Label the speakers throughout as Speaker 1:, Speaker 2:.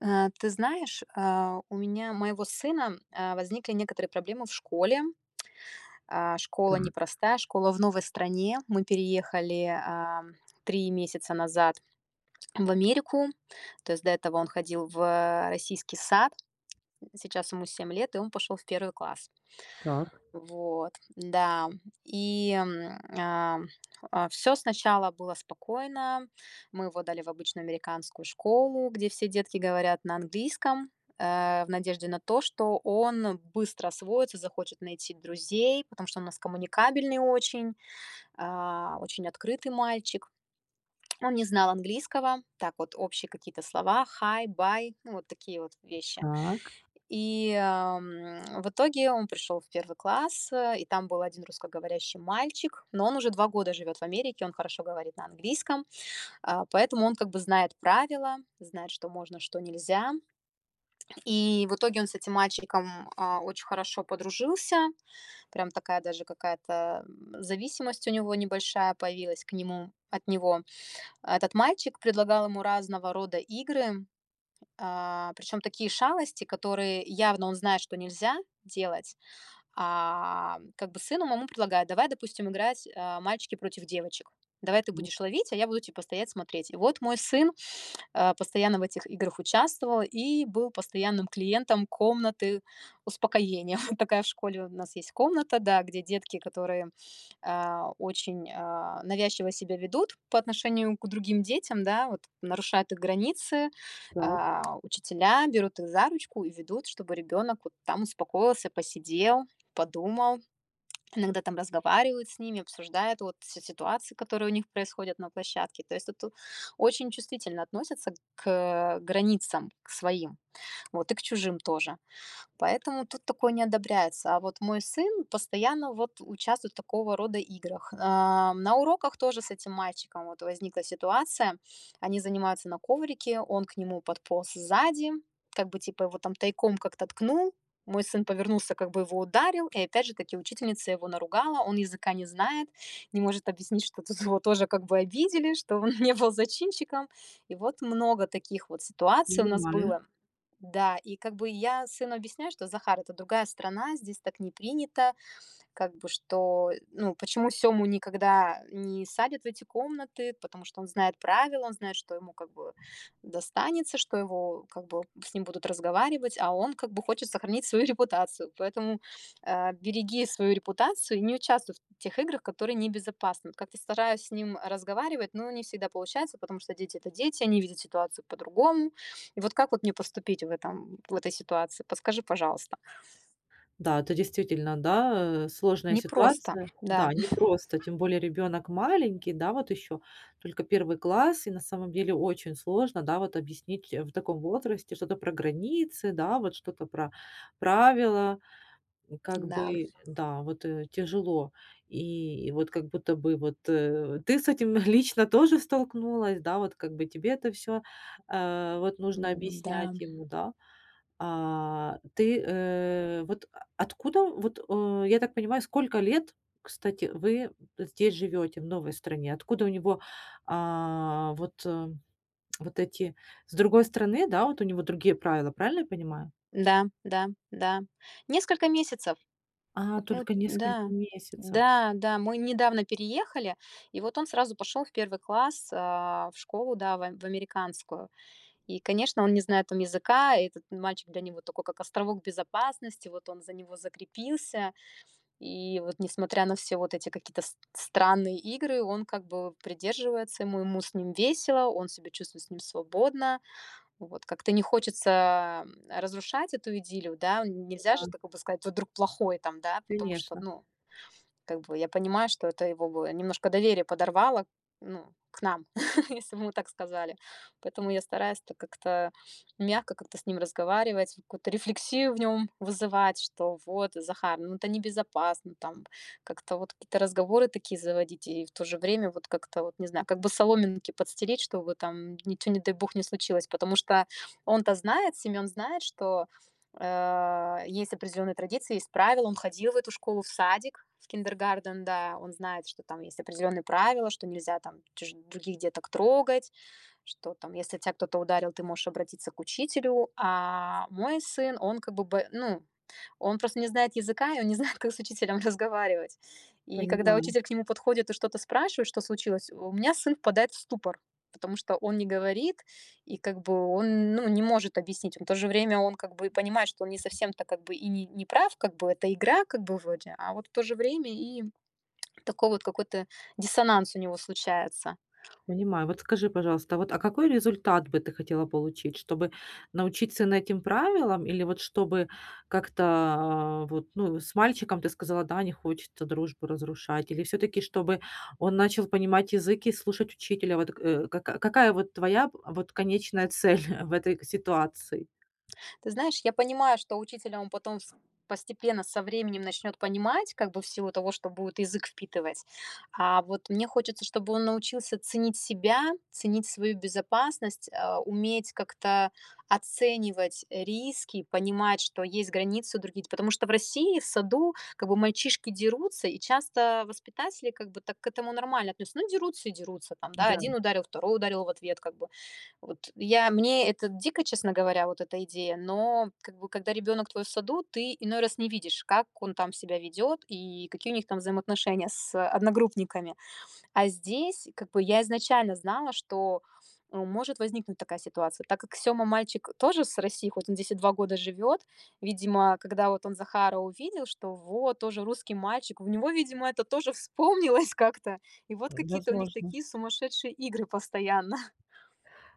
Speaker 1: Ты знаешь, у меня, моего сына, возникли некоторые проблемы в школе. Школа
Speaker 2: Так,
Speaker 1: непростая, школа в новой стране. Мы переехали, 3 месяца назад в Америку. То есть до этого он ходил в российский сад. Сейчас ему 7 лет, и он пошел в первый класс.
Speaker 2: так,
Speaker 1: Вот, да. Все сначала было спокойно. Мы его дали в обычную американскую школу, где все детки говорят на английском, в надежде на то, что он быстро освоится, захочет найти друзей, потому что он у нас коммуникабельный очень, очень открытый мальчик. Он не знал английского, так вот общие какие-то слова: «Hi», «Bye», ну, вот такие вот вещи.
Speaker 2: так,
Speaker 1: В итоге он пришел в первый класс, и там был один русскоговорящий мальчик, но он уже 2 года живет в Америке, он хорошо говорит на английском, поэтому он как бы знает правила, знает, что можно, что нельзя. И в итоге он с этим мальчиком, очень хорошо подружился, прям такая даже какая-то, зависимость у него небольшая появилась к нему от него. Этот мальчик предлагал ему разного рода игры. Причем такие шалости, которые явно он знает, что нельзя делать, как бы сыну маму предлагают: «Давай, допустим, играть, мальчики против девочек. Давай ты
Speaker 2: вот
Speaker 1: будешь ловить, а я буду типа стоять смотреть». И вот мой сын, постоянно в этих играх участвовал и был постоянным клиентом комнаты успокоения. Вот такая в школе у нас есть комната, да, где детки, которые очень навязчиво себя ведут по отношению к другим детям, да, вот нарушают их границы,
Speaker 2: так,
Speaker 1: учителя берут их за ручку и ведут, чтобы ребенок вот там успокоился, посидел, подумал, иногда там разговаривают с ними, обсуждают вот все ситуации, которые у них происходят на площадке. То есть это очень чувствительно относятся к границам, к своим, вот и к чужим тоже. Поэтому тут такое не одобряется. А вот мой сын постоянно вот участвует в такого рода играх. На уроках тоже с этим мальчиком вот возникла ситуация. Они занимаются на коврике, он к нему подполз сзади, как бы типа его там тайком как-то ткнул, мой сын повернулся, как бы его ударил, и опять же таки учительница его наругала, он языка не знает, не может объяснить, что тут его тоже как бы обидели, что он не был зачинщиком. И вот много таких вот ситуаций у нас
Speaker 2: понимаю.
Speaker 1: было. Да, и как бы я сыну объясняю, что Захар, это другая страна, здесь так не принято, как бы что, ну, почему Сему никогда не садят в эти комнаты, потому что он знает правила, он знает, что ему как бы достанется, что его как бы с ним будут разговаривать, а он как бы хочет сохранить свою репутацию. Поэтому береги свою репутацию и не участвуй в тех играх, которые небезопасны. Вот, как-то стараюсь с ним разговаривать, но не всегда получается, потому что дети это дети, они видят ситуацию по-другому. И вот как вот мне поступить в этой ситуации? Подскажи, пожалуйста.
Speaker 2: Да, это действительно, да, сложная
Speaker 1: Непросто,
Speaker 2: ситуация.
Speaker 1: да,
Speaker 2: Да, непросто, тем более ребенок маленький, да, вот еще только первый класс, и на самом деле очень сложно, да, вот объяснить в таком возрасте что-то про границы, да, вот что-то про правила, и как
Speaker 1: да.
Speaker 2: бы, да, вот, тяжело. И вот как будто бы вот, ты с этим лично тоже столкнулась, да, вот как бы тебе это все вот нужно
Speaker 1: М, да,
Speaker 2: объяснять ему, да? А, ты, вот а откуда, вот, я так понимаю, сколько лет, кстати, вы здесь живете, в новой стране? Откуда у него, а, вот, вот эти с другой стороны, да, вот у него другие правила, правильно я понимаю?
Speaker 1: да, да, да. Несколько месяцев.
Speaker 2: А,
Speaker 1: Вот мы,
Speaker 2: только
Speaker 1: да,
Speaker 2: несколько месяцев.
Speaker 1: да, да, мы недавно переехали, и вот он сразу пошел в первый класс, в школу, да, в, в американскую. И, конечно, он не знает там языка, и этот мальчик для него такой, как островок безопасности, вот он за него закрепился, и вот несмотря на все вот эти какие-то странные игры, он как бы придерживается ему, ему с ним весело, он себя чувствует с ним свободно, вот, как-то не хочется разрушать эту идиллию, да. Нельзя
Speaker 2: Да,
Speaker 1: же так, как бы, сказать: «Вы друг плохой», там, да, потому что,
Speaker 2: конечно,
Speaker 1: ну, как бы я понимаю, что это его бы немножко доверие подорвало, ну, к нам, если бы мы так сказали. Поэтому я стараюсь так как-то мягко как-то с ним разговаривать, какую-то рефлексию в нем вызывать, что вот, Захар, ну это небезопасно, там как-то вот какие-то разговоры такие заводить, и в то же время вот как-то вот, не знаю, как бы соломинки подстереть, чтобы там ничего, не дай бог, не случилось, потому что он-то знает, Семён знает, что есть определенные традиции, есть правила. Он ходил в эту школу, в садик, в киндергарден, да. Он знает, что там есть определенные правила, что нельзя там других деток трогать, что там, если тебя кто-то ударил, ты можешь обратиться к учителю. А мой сын, он как бы, ну, он просто не знает языка, и он не знает, как с учителем разговаривать. И когда
Speaker 2: понимаю.
Speaker 1: учитель к нему подходит и что-то спрашивает, что случилось, у меня сын впадает в ступор, потому что он не говорит, и как бы он, ну, не может объяснить. Но в то же время он как бы понимает, что он не совсем-то как бы и не прав, как бы это игра как бы вроде, а вот в то же время и такой вот какой-то диссонанс у него случается.
Speaker 2: Понимаю. Вот скажи, пожалуйста, а вот, а какой результат бы ты хотела получить? Чтобы научить сына этим правилам или вот чтобы как-то, а, вот, ну, с мальчиком ты сказала, да, не хочется дружбу разрушать, или все таки чтобы он начал понимать язык и слушать учителя? Вот, какая вот твоя, вот, конечная цель в этой ситуации?
Speaker 1: Ты знаешь, я понимаю, что учитель, он потом с постепенно со временем начнет понимать, как бы в силу того, что будет язык впитывать. А вот мне хочется, чтобы он научился ценить себя, ценить свою безопасность, уметь как-то оценивать риски, понимать, что есть границы другие. Потому что в России в саду как бы мальчишки дерутся, и часто воспитатели как бы так к этому нормально относятся. Ну, дерутся и дерутся там, да,
Speaker 2: Да,
Speaker 1: один ударил, второй ударил в ответ, как бы вот, я мне это дико, честно говоря, вот эта идея, но как бы когда ребенок твой в саду, ты иной раз не видишь, как он там себя ведет и какие у них там взаимоотношения с одногруппниками. А здесь как бы я изначально знала, что может возникнуть такая ситуация. Так как Сёма, мальчик тоже с России, хоть он здесь и 2 года живет, видимо, когда вот он Захара увидел, что вот тоже русский мальчик, у него, видимо, это тоже вспомнилось как-то. И вот какие-то у них
Speaker 2: возможно.
Speaker 1: такие сумасшедшие игры постоянно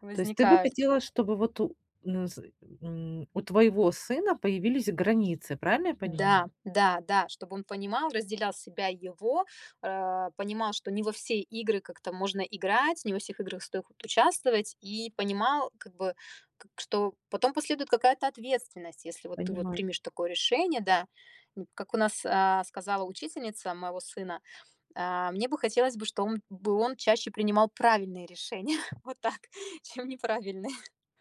Speaker 2: То есть ты бы
Speaker 1: возникают.
Speaker 2: хотела, чтобы вот у ну, з у твоего сына появились границы, правильно я понимаю?
Speaker 1: Да, да, да, чтобы он понимал, разделял себя и его, понимал, что не во все игры как-то можно играть, не во всех играх стоит вот участвовать, и понимал, как бы, что потом последует какая-то ответственность, если вот ты вот
Speaker 2: Понимаю.
Speaker 1: примешь такое решение, да. Как у нас сказала учительница моего сына, мне бы хотелось бы, что он бы он чаще принимал правильные решения, вот так, чем неправильные.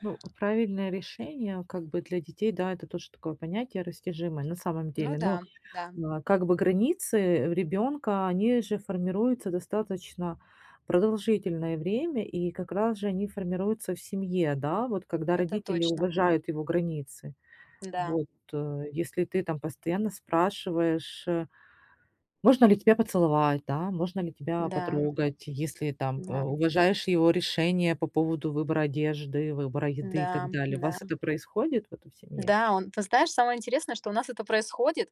Speaker 2: Ну, правильное решение, как бы, для детей, да, это тоже такое понятие растяжимое на самом
Speaker 1: Ну
Speaker 2: деле.
Speaker 1: да,
Speaker 2: Но,
Speaker 1: да,
Speaker 2: а, как бы границы ребенка, они же формируются достаточно продолжительное время, и как раз же они формируются в семье, да, вот когда
Speaker 1: это
Speaker 2: родители
Speaker 1: точно,
Speaker 2: уважают его границы.
Speaker 1: да,
Speaker 2: Вот, если ты там постоянно спрашиваешь можно ли тебя поцеловать, да, можно ли тебя
Speaker 1: да,
Speaker 2: потрогать, если там,
Speaker 1: да,
Speaker 2: уважаешь его решение по поводу выбора одежды, выбора еды и так
Speaker 1: да,
Speaker 2: далее. У
Speaker 1: да.
Speaker 2: вас это происходит в этой семье?
Speaker 1: Да, он, ты знаешь, самое интересное, что у нас это происходит,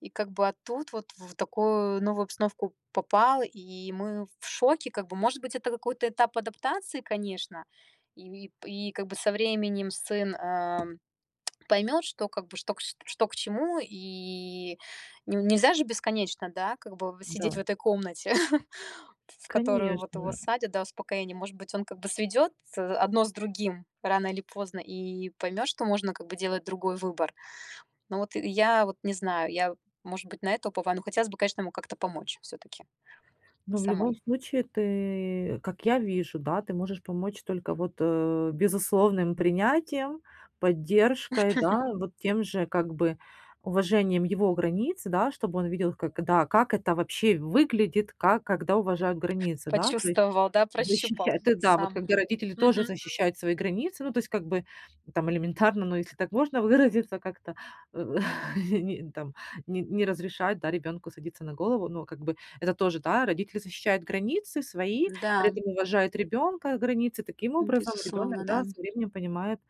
Speaker 1: и как бы, а тут вот в такую новую обстановку попал, и мы в шоке, как бы. Может быть, это какой-то этап адаптации, конечно, и как бы со временем сын, поймет, что как бы что к ш что к чему, и не нельзя же бесконечно, да, как бы сидеть
Speaker 2: Да,
Speaker 1: в этой комнате, в которую вот его
Speaker 2: конечно.
Speaker 1: садят, да, успокоение. Может быть, он как бы сведёт, одно с другим рано или поздно и поймет, что можно как бы делать другой выбор. Ну вот и я вот не знаю, я, может быть, на это уповаю, но хотелось бы, конечно, ему как-то помочь все таки
Speaker 2: Но в любом
Speaker 1: самой.
Speaker 2: случае ты, как я вижу, да, ты можешь помочь только вот, безусловным принятием, поддержкой, да, вот тем же как бы уважением его границ, да, чтобы он видел, как, да, как это вообще выглядит, как, когда уважают границы, да, то есть
Speaker 1: Почувствовал, да, прощупал
Speaker 2: защищать, это да, вот
Speaker 1: сам.
Speaker 2: когда родители тоже
Speaker 1: Мгм.
Speaker 2: защищают свои границы, ну, то есть как бы там элементарно, ну, если так можно выразиться, как-то, э, не там не разрешать, да, ребенку садиться на голову, но как бы это тоже, да, родители защищают границы свои, при
Speaker 1: Да,
Speaker 2: этом уважают ребенка, границы. Таким образом, ребенок,
Speaker 1: безусловно, да.
Speaker 2: да, со временем понимает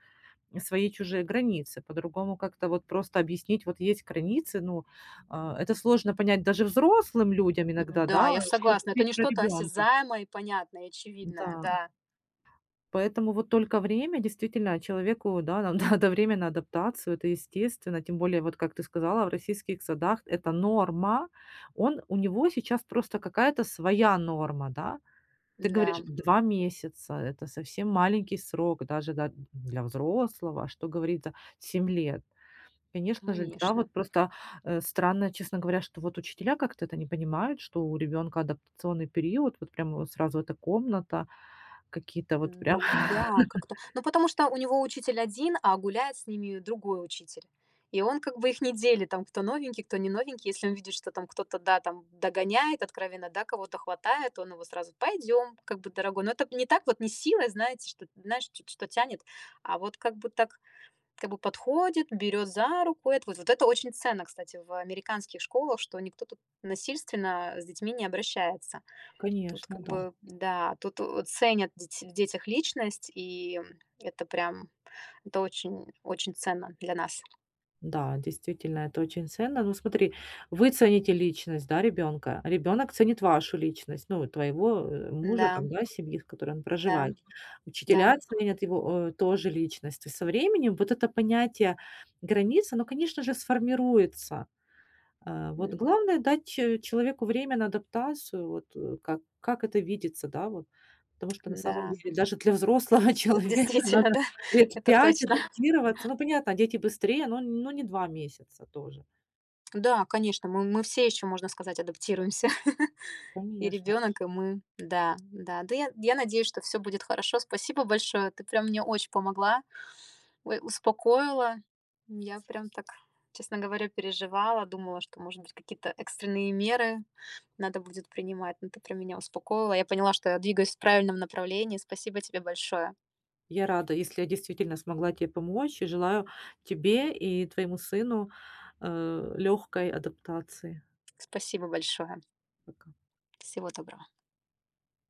Speaker 2: свои чужие границы. По-другому как-то вот просто объяснить: вот есть границы, ну, а, это сложно понять даже взрослым людям иногда,
Speaker 1: Да,
Speaker 2: да,
Speaker 1: я
Speaker 2: что
Speaker 1: согласна. Это
Speaker 2: говорить
Speaker 1: не
Speaker 2: про
Speaker 1: что-то
Speaker 2: ребенка.
Speaker 1: осязаемое, и понятное, и очевидное.
Speaker 2: Да.
Speaker 1: Да,
Speaker 2: Поэтому вот только время, действительно, человеку, да, нам надо время на адаптацию, это естественно. Тем более, вот как ты сказала, в российских садах это норма. Он, у него сейчас просто какая-то своя норма, да. Ты говоришь,
Speaker 1: да,
Speaker 2: 2 месяца, это совсем маленький срок даже да, для взрослого, а что говорить за 7 лет. Конечно же, да,
Speaker 1: конечно.
Speaker 2: вот просто странно, честно говоря, что вот учителя как-то это не понимают, что у ребенка адаптационный период, вот прямо вот сразу эта комната, какие-то вот прям
Speaker 1: Н да, как-то. Ну, потому что у него учитель один, а гуляет с ними другой учитель. И он как бы их не делит, там, кто новенький, кто не новенький. Если он видит, что там кто-то, да, там догоняет откровенно, да, кого-то хватает, он его сразу: «Пойдем, как бы, дорогой». Но это не так вот, не силой, знаете, что, знаешь, ч что тянет, а вот как бы так, как бы подходит, берет за руку. Это вот, вот это очень ценно, кстати, в американских школах, что никто тут насильственно с детьми не обращается. Тут
Speaker 2: Конечно,
Speaker 1: как
Speaker 2: да.
Speaker 1: бы, да, тут, ценят деть в детях личность, и это прям, это очень очень ценно для нас.
Speaker 2: Да, действительно, это очень ценно. Ну, смотри, вы цените личность, да, ребенка. Ребенок ценит вашу личность, ну, твоего мужа,
Speaker 1: Да,
Speaker 2: там, да, семьи, в которой он
Speaker 1: да,
Speaker 2: проживает.
Speaker 1: да,
Speaker 2: Учителя ценят его тоже личность. И со временем вот это понятие границы, оно, конечно же, сформируется. А, вот
Speaker 1: м,
Speaker 2: главное дать че человеку время на адаптацию, вот, как это видится, да, вот. Потому что на самом
Speaker 1: да,
Speaker 2: деле даже для взрослого человека
Speaker 1: действительно,
Speaker 2: надо
Speaker 1: да,
Speaker 2: лет
Speaker 1: это
Speaker 2: 5
Speaker 1: точно.
Speaker 2: адаптироваться. Ну, понятно, дети быстрее, но не 2 месяца тоже.
Speaker 1: Да, конечно, мы все еще, можно сказать, адаптируемся. И
Speaker 2: Конечно.
Speaker 1: ребенок, и мы. Да, да. Да, я надеюсь, что все будет хорошо. Спасибо большое. Ты прям мне очень помогла. Ой, успокоила. Я прям так, честно говоря, переживала, думала, что, может быть, какие-то экстренные меры надо будет принимать, но ты прям меня успокоила. Я поняла, что я двигаюсь в правильном направлении. Спасибо тебе большое.
Speaker 2: Я рада, если я действительно смогла тебе помочь, и желаю тебе и твоему сыну, легкой адаптации.
Speaker 1: Спасибо большое.
Speaker 2: Пока.
Speaker 1: Всего доброго.